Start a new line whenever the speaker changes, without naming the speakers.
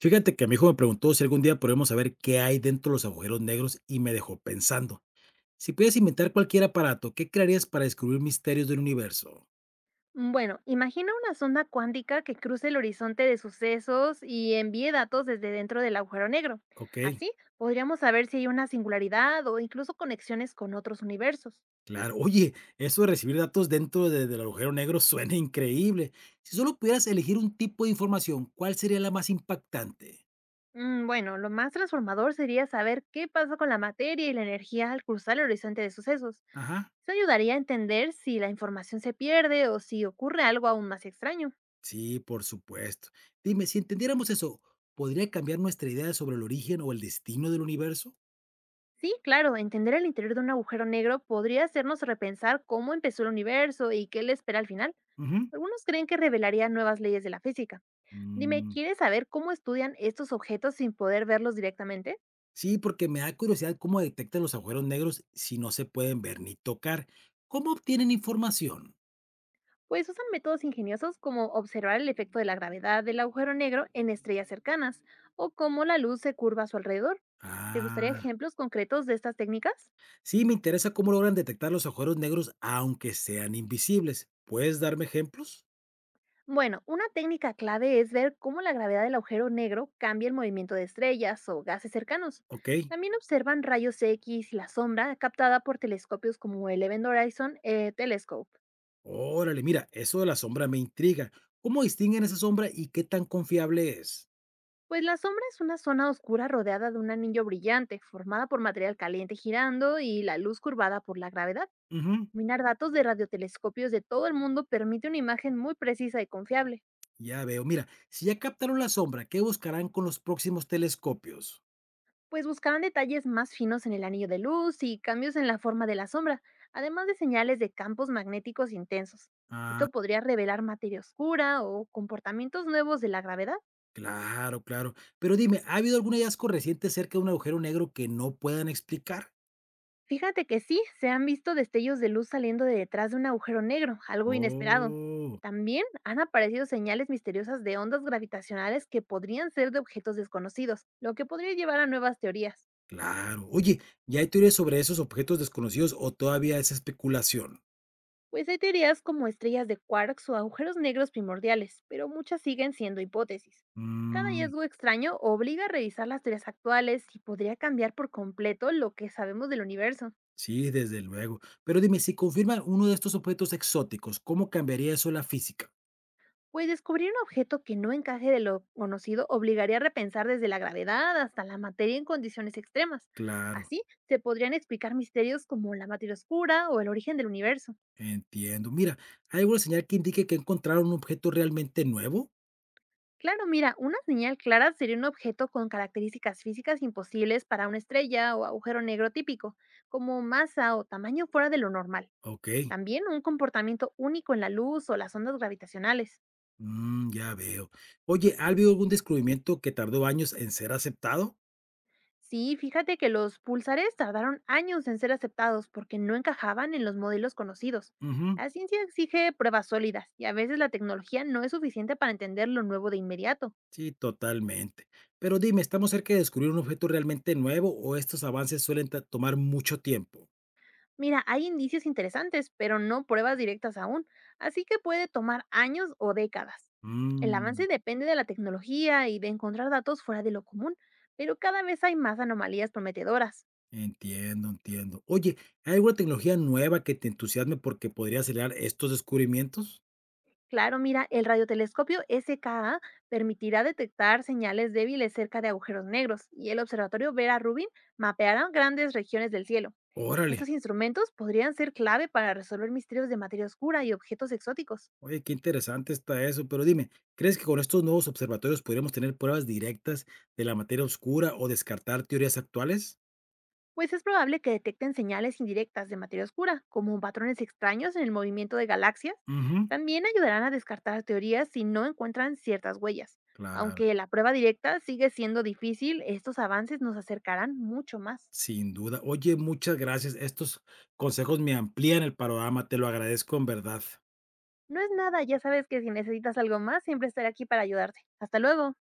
Fíjate que mi hijo me preguntó si algún día podemos saber qué hay dentro de los agujeros negros y me dejó pensando. Si pudieras inventar cualquier aparato, ¿qué crearías para descubrir misterios del universo?
Bueno, imagina una sonda cuántica que cruce el horizonte de sucesos y envíe datos desde dentro del agujero negro.
Ok,
Así podríamos saber si hay una singularidad o incluso conexiones con otros universos.
claro. Oye, eso de recibir datos del agujero negro suena increíble. Si solo pudieras elegir un tipo de información, ¿cuál sería la más impactante?
Bueno, lo más transformador sería saber qué pasa con la materia y la energía al cruzar el horizonte de sucesos.
Ajá.
Eso ayudaría a entender si la información se pierde o si ocurre algo aún más extraño.
Sí, por supuesto. Dime, si entendiéramos eso, ¿podría cambiar nuestra idea sobre el origen o el destino del universo?
Sí, claro, entender el interior de un agujero negro podría hacernos repensar cómo empezó el universo y qué le espera al final.
Ujú.
Algunos creen que revelaría nuevas leyes de la física. Dime,
Mm,
¿quieres saber cómo estudian estos objetos sin poder verlos directamente?
Sí, porque me da curiosidad cómo detectan los agujeros negros si no se pueden ver ni tocar. ¿Cómo obtienen información?
Pues usan métodos ingeniosos como observar el efecto de la gravedad del agujero negro en estrellas cercanas o cómo la luz se curva a su alrededor. ¿Te gustaría
Ah,
ejemplos concretos de estas técnicas?
sí, me interesa cómo logran detectar los agujeros negros aunque sean invisibles. ¿Puedes darme ejemplos?
Bueno, una técnica clave es ver cómo la gravedad del agujero negro cambia el movimiento de estrellas o gases cercanos.
Ok,
También observan rayos X y la sombra captada por telescopios como el Event Horizon Telescope.
órale, mira, eso de la sombra me intriga. ¿Cómo distinguen esa sombra y qué tan confiable es?
Pues la sombra es una zona oscura rodeada de un anillo brillante, formada por material caliente girando y la luz curvada por la gravedad.
Ujú,
Minar datos de radiotelescopios de todo el mundo permite una imagen muy precisa y confiable.
ya veo, mira, si ya captaron la sombra, ¿qué buscarán con los próximos telescopios?
Pues buscaban detalles más finos en el anillo de luz y cambios en la forma de la sombra, además de señales de campos magnéticos intensos.
Ah.
Esto podría revelar materia oscura o comportamientos nuevos de la gravedad.
Claro, claro. Pero dime, ¿ha habido algún hallazgo reciente cerca de un agujero negro que no puedan explicar?
Fíjate que sí, se han visto destellos de luz saliendo de detrás de un agujero negro, algo inesperado.
Oh,
También han aparecido señales misteriosas de ondas gravitacionales que podrían ser de objetos desconocidos, lo que podría llevar a nuevas teorías.
claro. Oye, ¿ya hay teorías sobre esos objetos desconocidos o todavía es especulación?
Pues hay teorías como estrellas de quarks o agujeros negros primordiales, pero muchas siguen siendo hipótesis. Cada
Mm,
hallazgo extraño obliga a revisar las teorías actuales y podría cambiar por completo lo que sabemos del universo.
sí, desde luego. Pero dime, si confirman uno de estos objetos exóticos, ¿cómo cambiaría eso la física?
Pues descubrir un objeto que no encaje de lo conocido obligaría a repensar desde la gravedad hasta la materia en condiciones extremas.
Claro,
Así se podrían explicar misterios como la materia oscura o el origen del universo.
entiendo. Mira, ¿hay alguna señal que indique que encontraron un objeto realmente nuevo?
Claro, mira, una señal clara sería un objeto con características físicas imposibles para una estrella o agujero negro típico, como masa o tamaño fuera de lo normal.
Ok,
También un comportamiento único en la luz o las ondas gravitacionales.
mm, ya veo. Oye, ¿ha habido algún descubrimiento que tardó años en ser aceptado?
Sí, fíjate que los pulsares tardaron años en ser aceptados porque no encajaban en los modelos conocidos.
Ujú,
La ciencia exige pruebas sólidas y a veces la tecnología no es suficiente para entender lo nuevo de inmediato.
sí, totalmente. Pero dime, ¿estamos cerca de descubrir un objeto realmente nuevo o estos avances suelen tomar mucho tiempo?
Mira, hay indicios interesantes, pero no pruebas directas aún, así que puede tomar años o décadas. El
Mm,
avance depende de la tecnología y de encontrar datos fuera de lo común, pero cada vez hay más anomalías prometedoras.
entiendo, entiendo. Oye, ¿hay alguna tecnología nueva que te entusiasme porque podría acelerar estos descubrimientos?
Claro, mira, el radiotelescopio SKA permitirá detectar señales débiles cerca de agujeros negros y el observatorio Vera Rubin mapeará grandes regiones del cielo.
Órale,
Estos instrumentos podrían ser clave para resolver misterios de materia oscura y objetos exóticos.
oye, qué interesante está eso. Pero dime, ¿crees que con estos nuevos observatorios podríamos tener pruebas directas de la materia oscura o descartar teorías actuales?
Pues es probable que detecten señales indirectas de materia oscura, como patrones extraños en el movimiento de galaxias.
Ujú,
También ayudarán a descartar teorías si no encuentran ciertas huellas.
claro.
Aunque la prueba directa sigue siendo difícil, estos avances nos acercarán mucho más.
Sin duda. Oye, muchas gracias. Estos consejos me amplían el panorama. Te lo agradezco en verdad.
No es nada, ya sabes que si necesitas algo más, siempre estaré aquí para ayudarte. Hasta luego.